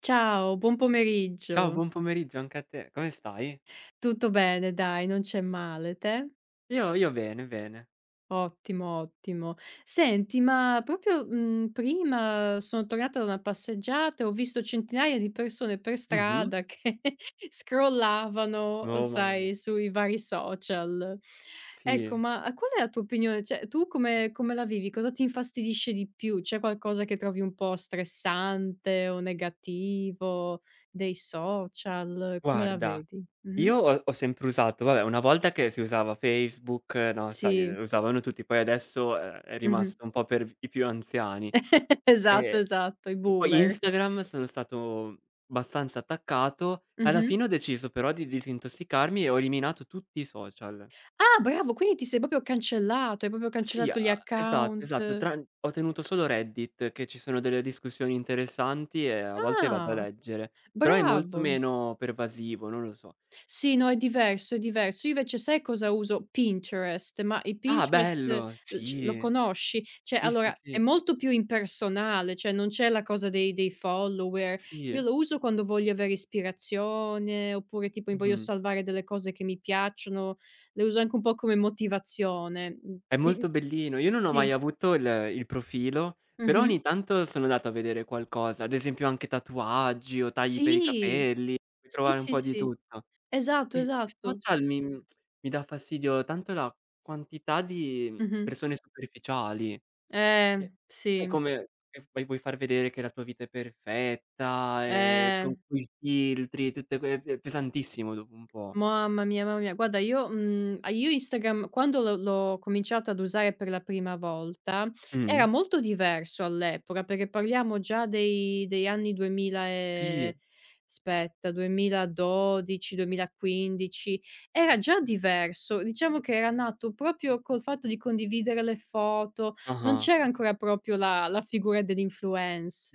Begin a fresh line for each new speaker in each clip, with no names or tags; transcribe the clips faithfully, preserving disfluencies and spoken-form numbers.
Ciao, buon
Ciao,
pomeriggio.
buon pomeriggio anche a te. Come stai?
Tutto bene dai, non c'è male, te?
Io io bene, bene.
Ottimo, ottimo. Senti, ma proprio, mhmm, prima sono tornata da una passeggiata e ho visto centinaia di persone per
Mh-mh.
strada che scrollavano,
Oh, mamma mia.
sai, sui vari social. Ecco,
Sì.
ma eh, qual è la tua opinione? Cioè, tu come come la vivi? Cosa ti infastidisce di più? C'è qualcosa che trovi un po' stressante o negativo dei social? Come la
Guarda,
vedi? Mh-mh.
io ho ho sempre usato vabbè, una volta che si usava Facebook, eh, no, sai,
Sì,
lo usavano tutti, poi adesso, ehm, è
mh-mh.
rimasto un po' per i più anziani.
Esatto,
Ehm,
esatto, i
e poi
boomer.
Instagram sono stato abbastanza attaccato. Alla
Mh-mh.
fine ho deciso però di disintossicarmi e ho eliminato tutti i social.
Ah, bravo, quindi ti sei proprio cancellato, hai proprio
Sì, a
cancellato gli
esatto,
account.
esatto. Tran Ho tenuto solo Reddit, che ci sono delle discussioni interessanti e a volte vado a
Ah,
leggere, però è molto
bravo.
meno pervasivo, non lo so.
Sì, no, è diverso, è diverso. Io invece sai cosa uso? Pinterest, ma i
"Ah,
Pinterest,
bello!"
uhm, c lo
Sì,
conosci? Cioè,
sì, sì,
allora, è
sì,
molto più impersonale, cioè non c'è la cosa dei dei follower. Io
sì.
lo uso quando voglio avere ispirazione, oppure tipo mi voglio
Mh-mh.
salvare delle cose che mi piacciono, le uso anche un po' come motivazione. Mhmm,
È molto
mi
bellino. Io non ho mai
Sì.
avuto il il profilo, però
Mh-mh.
ogni tanto sono andato a vedere qualcosa, ad esempio anche tatuaggi o tagli per i
Sì.
capelli, puoi
Sì,
trovare un
sì,
po' di
sì.
tutto.
Esatto,
I
esatto.
social mi mhmm, mi dà fastidio tanto la quantità di, mhmm,
Mh-mh.
persone superficiali,
Eh,
che sai
sì.
come che poi vuoi far vedere che la tua vita è perfetta, ehm, con
Eh.
quei filtri, e tutte que è pesantissimo dopo un po'.
Mamma mia, mamma mia. Guarda io mhmm, a io Instagram quando l'ho l'ho cominciato ad usare per la prima volta,
Mh.
era molto diverso all'epoca, perché parliamo già dei degli anni duemila
Sì.
e aspetta, duemiladodici, duemilaquindici. Era già diverso, diciamo che era nato proprio col fatto di condividere le foto, non
Ah-ah.
c'era ancora proprio la la figura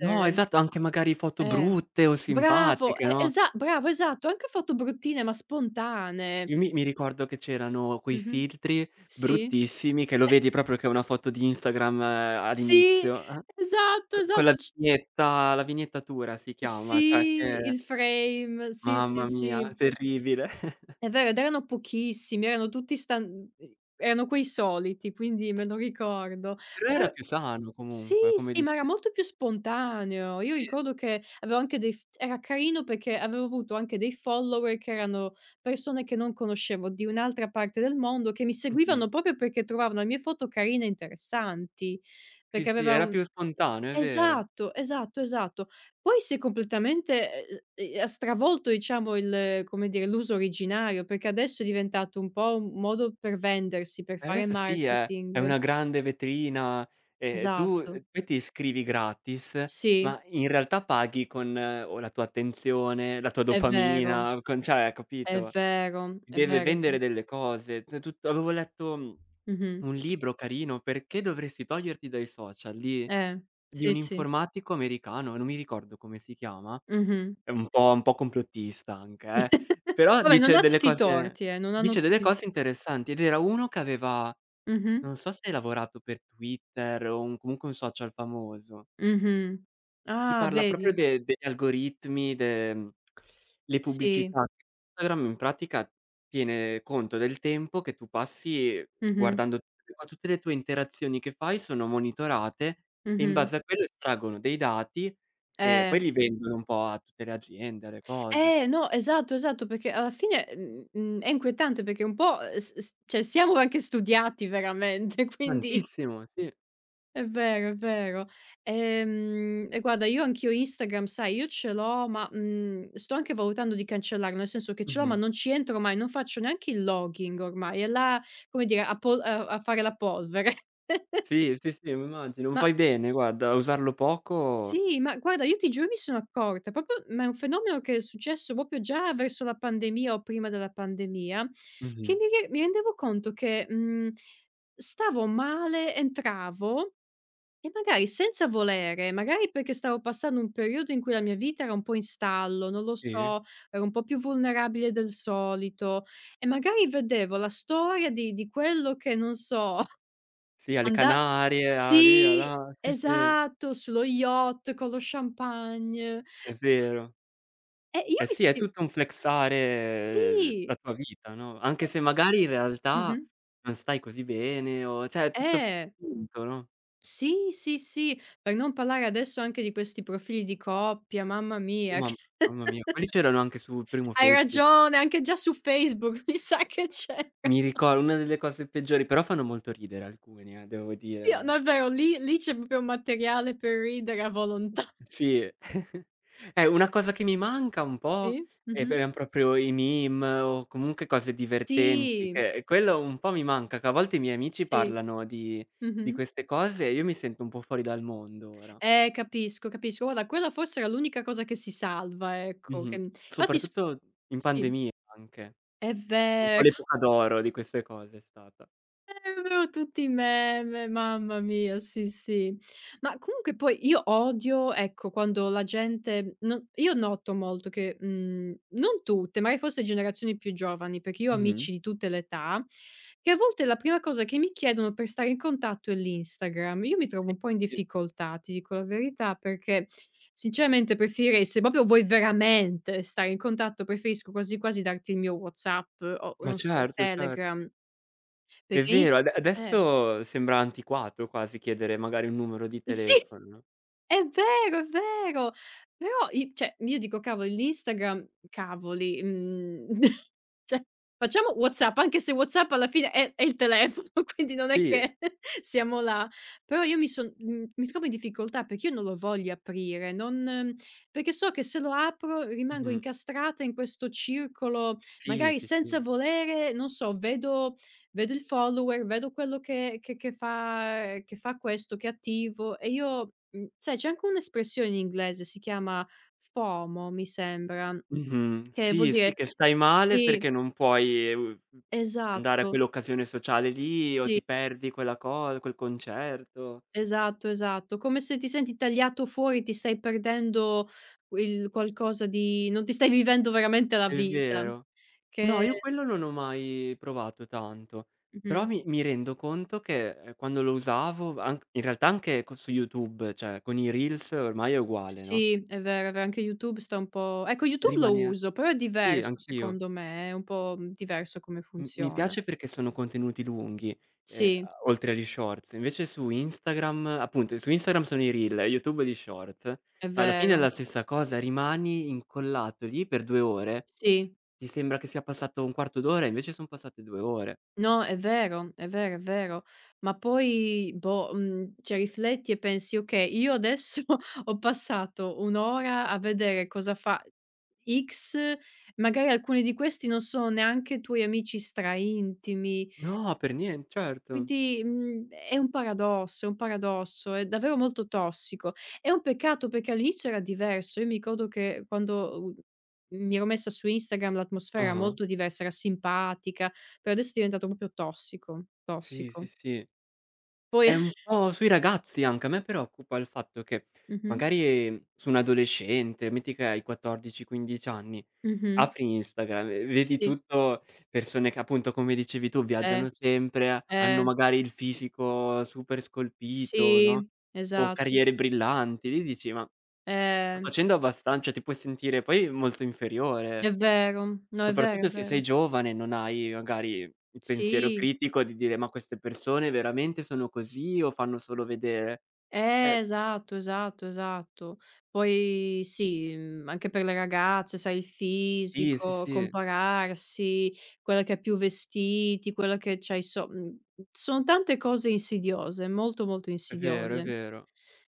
No, esatto, anche magari foto
Eh,
brutte o
bravo,
simpatiche,
e
no,
esa Bravo, esatto, anche foto bruttine ma spontanee.
io mi mi ricordo che c'erano quei
Mh-mh.
filtri
Sì.
bruttissimi che lo vedi proprio che è una foto di Instagram ehm,
Sì,
all'inizio.
esatto,
Co con la
esatto, c
vignetta la vignettatura si chiama, cioè
Sì,
che
il frame, sì,
mamma
sì,
mia,
sì.
terribile.
È vero, ed erano pochissimi, erano tutti stan mhmm, erano quei soliti, quindi me lo ricordo.
Però era
Per
più sano
Sì,
comunque, come
sì, ma era
dici
molto più spontaneo. Io
sì,
ricordo che avevo anche dei f era carino perché avevo avuto anche dei follower che erano persone che non conoscevo, di un'altra parte del mondo, che mi
mh-mh.
seguivano proprio perché trovavano le mie foto carine e interessanti,
Sì,
perché
sì,
aveva
era
un
più spontaneo, è vero.
esatto, esatto, esatto. Poi si è completamente, ehm, ehm, ha stravolto diciamo il come dire, l'uso originario, perché adesso è diventato un po' un modo per vendersi, per
E
fare
adesso sì, è è
marketing.
una grande vetrina e tu
Esatto.
poi ti iscrivi gratis,
Sì.
ma in realtà paghi con eh, o la tua attenzione, la tua
È vero,
dopamina, con cioè
è
capito?
vero, è
Deve
vero, è
vendere
vero.
delle cose, t tut avevo letto, mhmm,
Mh-mh.
un libro carino, "Perché dovresti toglierti dai social", di
Eh,
di
sì,
un
sì.
informatico americano, non mi ricordo come si chiama,
Mh-mh.
è un po' un po' complottista anche eh, però
Vabbè, non
dice
ha
delle
tutti i
cose
torti, eh, non hanno
dice delle
tutti i to
cose interessanti ed era uno che aveva
mh-mh,
non so se hai lavorato per Twitter o un comunque un social famoso.
mh-mh.
Ti
Ah,
parla proprio
vedi?
de degli algoritmi, de mhmm, le
Sì.
pubblicità. Instagram in pratica tiene conto del tempo che tu passi
Mh-mh,
guardando ma tutte le tue interazioni che fai sono monitorate e in
mh-mh.
base a quello estraggono dei dati e
Eh.
poi li vendono un po' a tutte le aziende, alle cose.
Eh, no, esatto, esatto, perché alla fine, mhmm, mhmm, è inquietante perché un po', ehm, s s cioè siamo anche studiati veramente, quindi
Tantissimo, sì.
è vero, è vero. Ehm, e guarda io anch'io Instagram, sai, io ce l'ho ma, mhmm, sto anche valutando di cancellarlo, nel senso che ce l'ho ma
Mh-mh.
non ci entro mai, non faccio neanche il logging ormai, è là, come dire, a pol a a fare la polvere.
Sì, sì, sì, mi immagino.
Ma
Fai bene guarda, a usarlo poco
sì, ma guarda io ti giuro mi sono accorta, proprio ma è un fenomeno che è successo proprio già verso la pandemia o prima della pandemia, che
mh-mh.
mi re mi rendevo conto che, mhmm, stavo male, entravo. E magari senza volere, magari perché stavo passando un periodo in cui la mia vita era un po' in stallo, non lo
Sì?
so, ero un po' più vulnerabile del solito e magari vedevo la storia di di quello che, non so,
Sì, alle
anda
Canarie, a lì, a
sì,
là. Sì, sì,
esatto, sullo yacht con lo champagne.
è vero.
E io
Eh
mi
sì, è
senti
tutto un flexare eh, la
Sì,
tua vita, no, anche se magari in
mh-mh,
realtà non stai così bene o cioè è tutto
eh,
finto, no.
sì, sì, sì, per non parlare adesso anche di questi profili di coppia, mamma
Oh
mia
mam
che
mamma mia, quelli c'erano anche sul primo
hai
Facebook.
ragione, anche già su Facebook mi sa che c'era.
Mi ricor Una delle cose peggiori, però fanno molto ridere alcuni eh, devo
Io
dire.
davvero lì lì c'è proprio un materiale per ridere a volontà.
Sì, eh, una cosa che mi manca un
Sì,
po' è p
mh-mh.
eran proprio i meme o comunque cose divertenti,
Sì,
che quello un po' mi manca, che a volte i miei amici
sì,
parlano di di
mh-mh.
queste cose e io mi sento un po' fuori dal mondo ora.
Eh, capisco, capisco. Guarda, quella forse era l'unica cosa che si salva, ecco, che
Mh-mh.
infatti s
Soprattutto in
sì,
pandemia anche.
è
Un po'
ve
l'epoca d'oro di queste cose è stata.
avevo tutti i meme, mamma mia, sì, sì. Ma comunque poi io odio, ecco, quando la gente non io noto molto che, mhmm, non tutte, magari forse generazioni più giovani, perché io ho
Mh-mh.
amici di tutte le età, che a volte la prima cosa che mi chiedono per stare in contatto è l'Instagram. Io mi trovo
Sì,
un po' in
sì.
difficoltà, ti dico la verità, perché sinceramente preferirei se proprio vuoi veramente stare in contatto, preferisco quasi quasi darti il mio WhatsApp o
Ma
non so,
certo, cer
Telegram.
è
Perché is
vero, ade
Eh,
adesso sembra antiquato quasi chiedere magari un numero di
sì,
telefono.
è vero, è vero. Però i Cioè, io dico: "Cavoli, l'Instagram cavoli, mhmm, cioè, facciamo WhatsApp", anche se WhatsApp alla fine è è il telefono, quindi non è
Sì.
che siamo là. Però io mi son mhmm, mi trovo in difficoltà perché io non lo voglio aprire, non perché so che se lo apro rimango
Mh-mh.
incastrata in questo circolo,
Sì,
magari
sì,
senza
sì.
volere, non so, vedo. Vedo il follower, vedo quello che che che fa ehm, che fa questo, che è attivo e io mhmm, sai c'è anche un'espressione in inglese, si chiama FOMO mi sembra,
Mh-mh.
che vuol
Sì, sì,
dire
che stai male
sì,
perché non puoi, uhm, andare a
esatto,
quell'occasione sociale lì o
sì,
ti perdi quella co quel concerto.
esatto, esatto, come se ti senti tagliato fuori, ti stai perdendo il qualcosa di non ti stai vivendo veramente la
È
vita.
vero. No,
Che
io quello non ho mai provato tanto, però
Mh-mh.
mi mi rendo conto che, ehm, quando lo usavo an in realtà anche co su YouTube, cioè con i reels ormai è uguale, no,
Sì, è vero, è vero, anche YouTube sta un po' ecco YouTube lo
rimanea
uso, però è
sì,
diverso
anch'io.
secondo me, è un po', mhmm, diverso come
M mi
funziona.
piace perché sono contenuti lunghi, ehm,
Sì,
a oltre agli shorts. Invece su Instagram appunto, su Instagram sono i reel, YouTube gli short.
è
Alla fine è
vero.
la stessa cosa, rimani incollato lì per due ore,
Sì.
ti sembra che sia passato un quarto d'ora, e invece son passate due ore.
No, è vero, è vero, è vero. Ma poi, boh, mhmm, cioè rifletti e pensi: "Okay, io adesso ho passato un' ora a vedere cosa fa X", magari alcuni di questi non sono neanche tuoi amici stra intimi.
No, per nien certo.
Quindi, mhmm, è un paradosso, è un paradosso, è davvero molto tossico. È un peccato perché all'inizio era diverso. Io mi ricordo che quando, uhm, mi ero messa su Instagram l'atmosfera era
Ah-ah.
molto diversa, era simpatica, però adesso è diventato proprio tossico,
Sì, sì,
tossico.
sì.
Poi
È un po' sui ragazzi anche. A me preoccupa il fatto che
mh-mh,
magari eh, su un adolescente, metti che hai quattordici, quindici anni.
mh-mh,
Apri Instagram e vedi
sì,
tutto persone che appunto, come dicevi tu,
eh,
viaggiano sempre, hanno
eh,
magari il fisico super scolpito, no,
sì,
o
esatto,
carriere brillanti. Lì dici: "Ma sto
eh,
facendo abbastan" cioè ti puoi sentire poi molto inferiore,
è vero. No, è vero, è
soprattutto se sei
vero.
giovane e non hai magari il pensiero
Sì.
critico di dire: "Ma queste persone veramente sono così o fanno solo vedere?"
Eh,
Eh,
esatto, esatto, esatto. Poi sì, mhmm, anche per le ragazze, sai, il
sì, sì,
fisico,
sì,
compararsi, quella che ha più vestiti, quella che c'ha i so mhmm, sono tante cose insidiose, molto, molto
è vero, è
insidiose.
vero.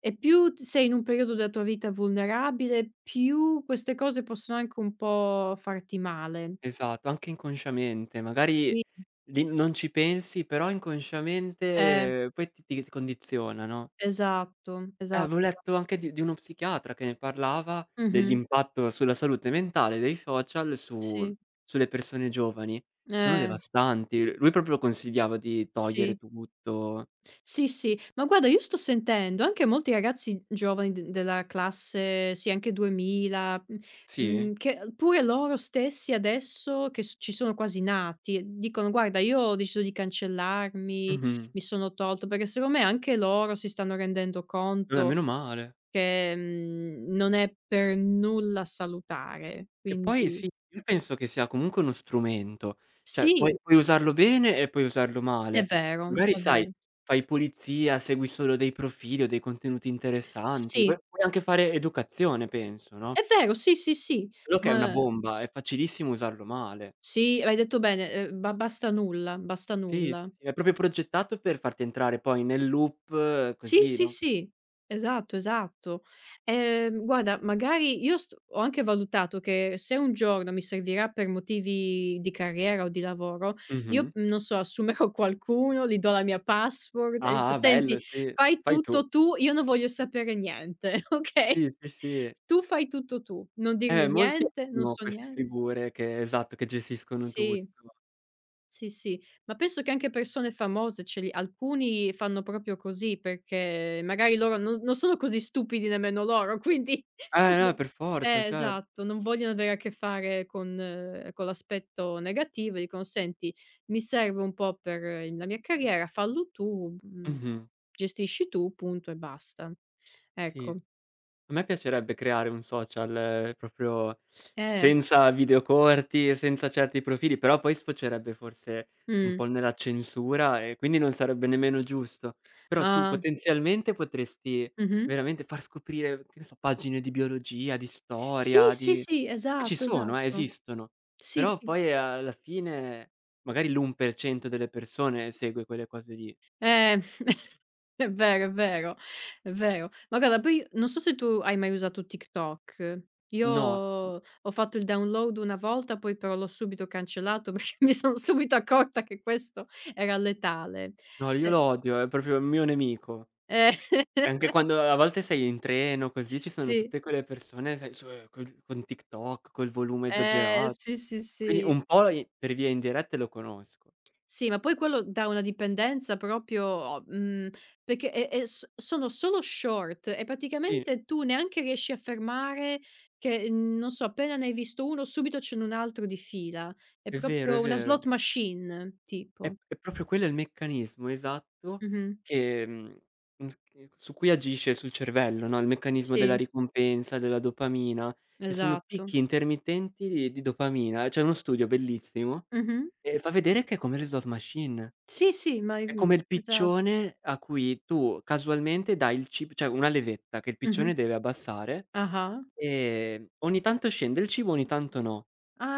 E più t sei in un periodo della tua vita vulnerabile, più queste cose possono anche un po' farti male.
Esatto, anche inconsciamente, magari
Sì,
lì non ci pensi, però
eh,
inconsciamente ehm, poi ti ti condiziona, no.
esatto,
Eh,
esatto,
avevo
esa
letto anche di di uno psichiatra che ne parlava,
mh-mh,
dell'impatto sulla salute mentale dei social su
sì,
sulle persone giovani. Sono
eh,
devastanti. L Lui proprio consigliava di togliere
sì.
tutto.
Sì, sì, ma guarda io sto sentendo anche molti ragazzi giovani d della classe, sì anche duemila, mhmm,
Sì?
mhmm, che pure loro stessi adesso che s ci sono quasi nati, dicono: "Guarda io ho deciso di cancellarmi,
Mh-mh.
mi sono tolto", perché secondo me anche loro si stanno rendendo
Eh,
conto
meno male.
che, mhmm, non è per nulla salutare,
Che poi
quindi
sì, io penso che sia comunque uno strumento, cioè puoi
sì,
puoi usarlo bene e puoi usarlo
è
male.
vero,
Magari
è
sai,
vero.
fai pulizia, segui solo dei profili o dei contenuti interessanti, poi
Sì,
puoi anche fare educazione penso, no,
è vero, sì, sì, sì,
quello che è una
ma
bomba, è facilissimo usarlo male.
sì, l'hai detto bene, ehm, ba basta nulla, basta
Sì, sì,
nulla.
sì, è proprio progettato per farti entrare poi nel loop
Sì,
così,
sì,
no.
sì, esatto, esatto. Ehm, guarda, magari io st ho anche valutato che se un giorno mi servirà per motivi di carriera o di lavoro, io,
Mh-mh.
mhmm, non so, assumerò qualcuno, gli do la mia password e:
Ah, bello
"Senti,
sì,
fai
fai tu.
tutto tu, io non voglio sapere niente, okay?
Sì, sì, sì.
Tu fai tutto tu, non
Eh,
dirmi
molti
niente, non
hanno
so
queste
nien".
figure che esatto, che gestiscono
Sì.
tutto.
Sì, sì, ma penso che anche persone famose ce li alcuni fanno proprio così, perché magari loro non non sono così stupidi nemmeno loro, quindi
Eh, no,
non
per forza,
eh,
cer
esatto, non vogliono avere a che fare con eh, con l'aspetto negativo, dicono: "Senti, mi serve un po' per eh, la mia carriera, fallo tu, mhmm,
mh-mh,
gestisci tu, punto e basta."
sì.
Ecco.
A me piacerebbe creare un social eh, proprio
Eh,
senza video corti e senza certi profili, però poi sfocerebbe forse un po'
mh.
nella censura e quindi non sarebbe nemmeno giusto. Però tu
Ah.
potenzialmente potresti
Mh-mh.
veramente far scoprire, che ne so, pagine di biologia, di
Sì,
storia,
sì,
di
sì,
che ci
esatto,
sono, eh,
esatto.
esistono.
Sì,
Però
sì.
poi eh, alla fine magari l'uno per cento delle persone segue quelle cose lì.
Eh, è vero, è vero, è vero. Ma guarda poi non so se tu hai mai usato TikTok. Io
No,
ho fatto il download una volta, poi però l'ho subito cancellato perché mi son subito accorta che questo era letale.
no, io
Cioè
lo odio, è proprio il mio nemico.
eh,
E anche quando a volte sei in treno, così, ci sono
sì,
tutte quelle persone, sai, su eh, col con TikTok, col volume
eh,
esagerato.
sì, sì,
Quindi
sì.
un po' i per via indirette lo conosco.
Sì, ma poi quello dà una dipendenza proprio o mhmm, perché è è s sono solo short e
Sì,
praticamente tu neanche riesci a fermare che, mhmm, non so, appena ne hai visto uno subito ce n'è un altro di fila. È
è vero, è
proprio una
vero.
slot machine
È
tipo.
è proprio quello il meccanismo esatto
Mh-mh.
che mhmm, mhmm, che su cui agisce sul cervello, no, il meccanismo della
Sì,
ricompensa, della dopamina, e sono
esatto.
picchi intermittenti di di dopamina. C'è uno studio bellissimo,
Mh-mh.
e fa vedere che è come le slot machine.
Sì, sì, ma i
È come
mhmm,
il
esatto.
piccione a cui tu casualmente dai il cib cioè una levetta che il piccione
Mh-mh.
deve abbassare,
Ah-ah.
ehm, ogni tanto scende il cibo, ogni tanto no.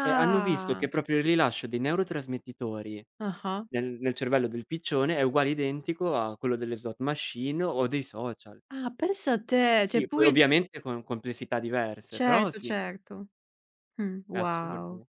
E hanno visto che proprio il rilascio dei neurotrasmettitori
Ah-ah.
nel nel cervello del piccione è uguale identico a quello delle slot machine o dei social.
Ah, pensa te, cioè
Sì, poi
pure il
ovviamente con complessità diverse, però
certo,
sì,
certo. Mh,
è
wow.
assurdo.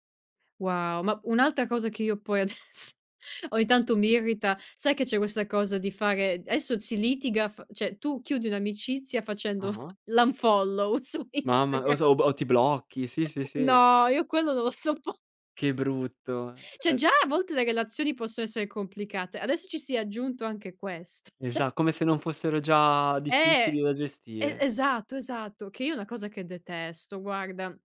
Wow, ma un'altra cosa che io poi adesso ogni tanto mi irrita, sai che c'è questa cosa di fare adesso si litiga f cioè tu chiudi un'amicizia facendo
Ah-ah.
l'unfollow su
Mamma o
Instagram.
so o b o ti blocchi, sì, sì, sì.
No, io quello non lo soppo
Che brutto.
Cioè
Ehm
già a volte le relazioni possono essere complicate, adesso ci sia aggiunto anche questo. Cioè
Esa Come se non fossero già
eh,
difficili da
e
gestire.
esatto, esatto, che io è una cosa che detesto, guarda.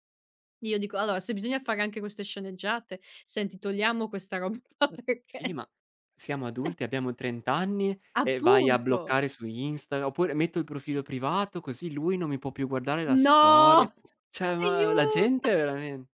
Io dico: "Allora se bisogna fare anche queste sceneggiate, senti togliamo questa roba qua
Sì,
perché"
ma siamo adulti, abbiamo trenta anni e vai a
appunto!
bloccare su Insta oppure metto il profilo
Sì.
privato così lui non mi può più guardare la storia.
No!
Cioè, ma la
Aiuto!
gente è veramen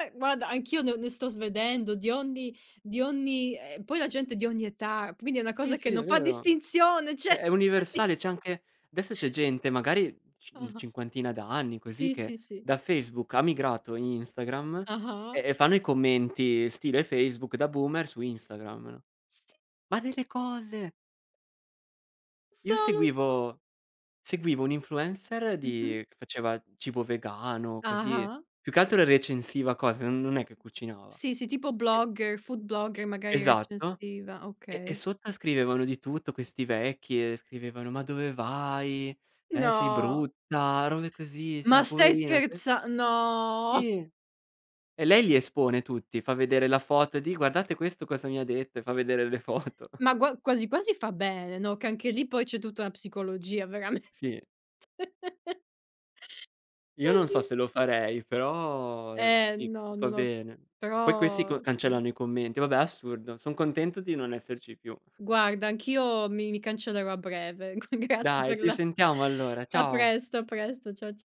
Eh, guarda anch'io ne ne sto svedendo di ogni di ogni ehm, poi la gente di ogni età, quindi è una
sì,
cosa che
sì, è
non fa
vero.
distinzione,
È
cioè
è universale, c'è anche adesso c'è gente magari cin
ah-ah.
cinquantina d'anni così
Sì,
che
sì, sì.
da Facebook ha migrato in Instagram
Ah-ah.
e e fanno i commenti stile Facebook da boomer su Instagram, no:
Sì,
"Ma delle cose!"
lo
Io
so, lo so.
seguivo seguivo un influencer
Mh-mh.
di che faceva cibo vegano, così,
Ah-ah.
più che altro recensiva cose, non non è che cucinava.
Sì, sì, tipo
E
blogger, food blogger
s
magari
esatto,
recensiva,
e e
okay.
sotto scrivevano di tutto questi vecchi e scrivevano: "Ma dove vai? Eh, sei
No,
brutta", robe così,
ma
cioè
stai
poverina que
scherza no!
sì, e lei li espone tutti, fa vedere la foto di: "Guardate questo cosa mi ha detto", e fa vedere le foto.
Ma gua quasi quasi fa bene, no, che anche lì poi c'è tutta la psicologia veramente.
Sì. Io non
Oddi
so se lo farei, però eh,
eh,
sì,
no,
fa
non ho
bene. Poi questi
però
co
sì.
cancellano i commenti. Vabbè, assurdo. Son contento di non esserci più.
Guarda, anch'io mi mi cancellerò a breve. Grazie
Dai,
per
ci
la
sentiamo allora.
a
Ciao.
presto, a presto. Cia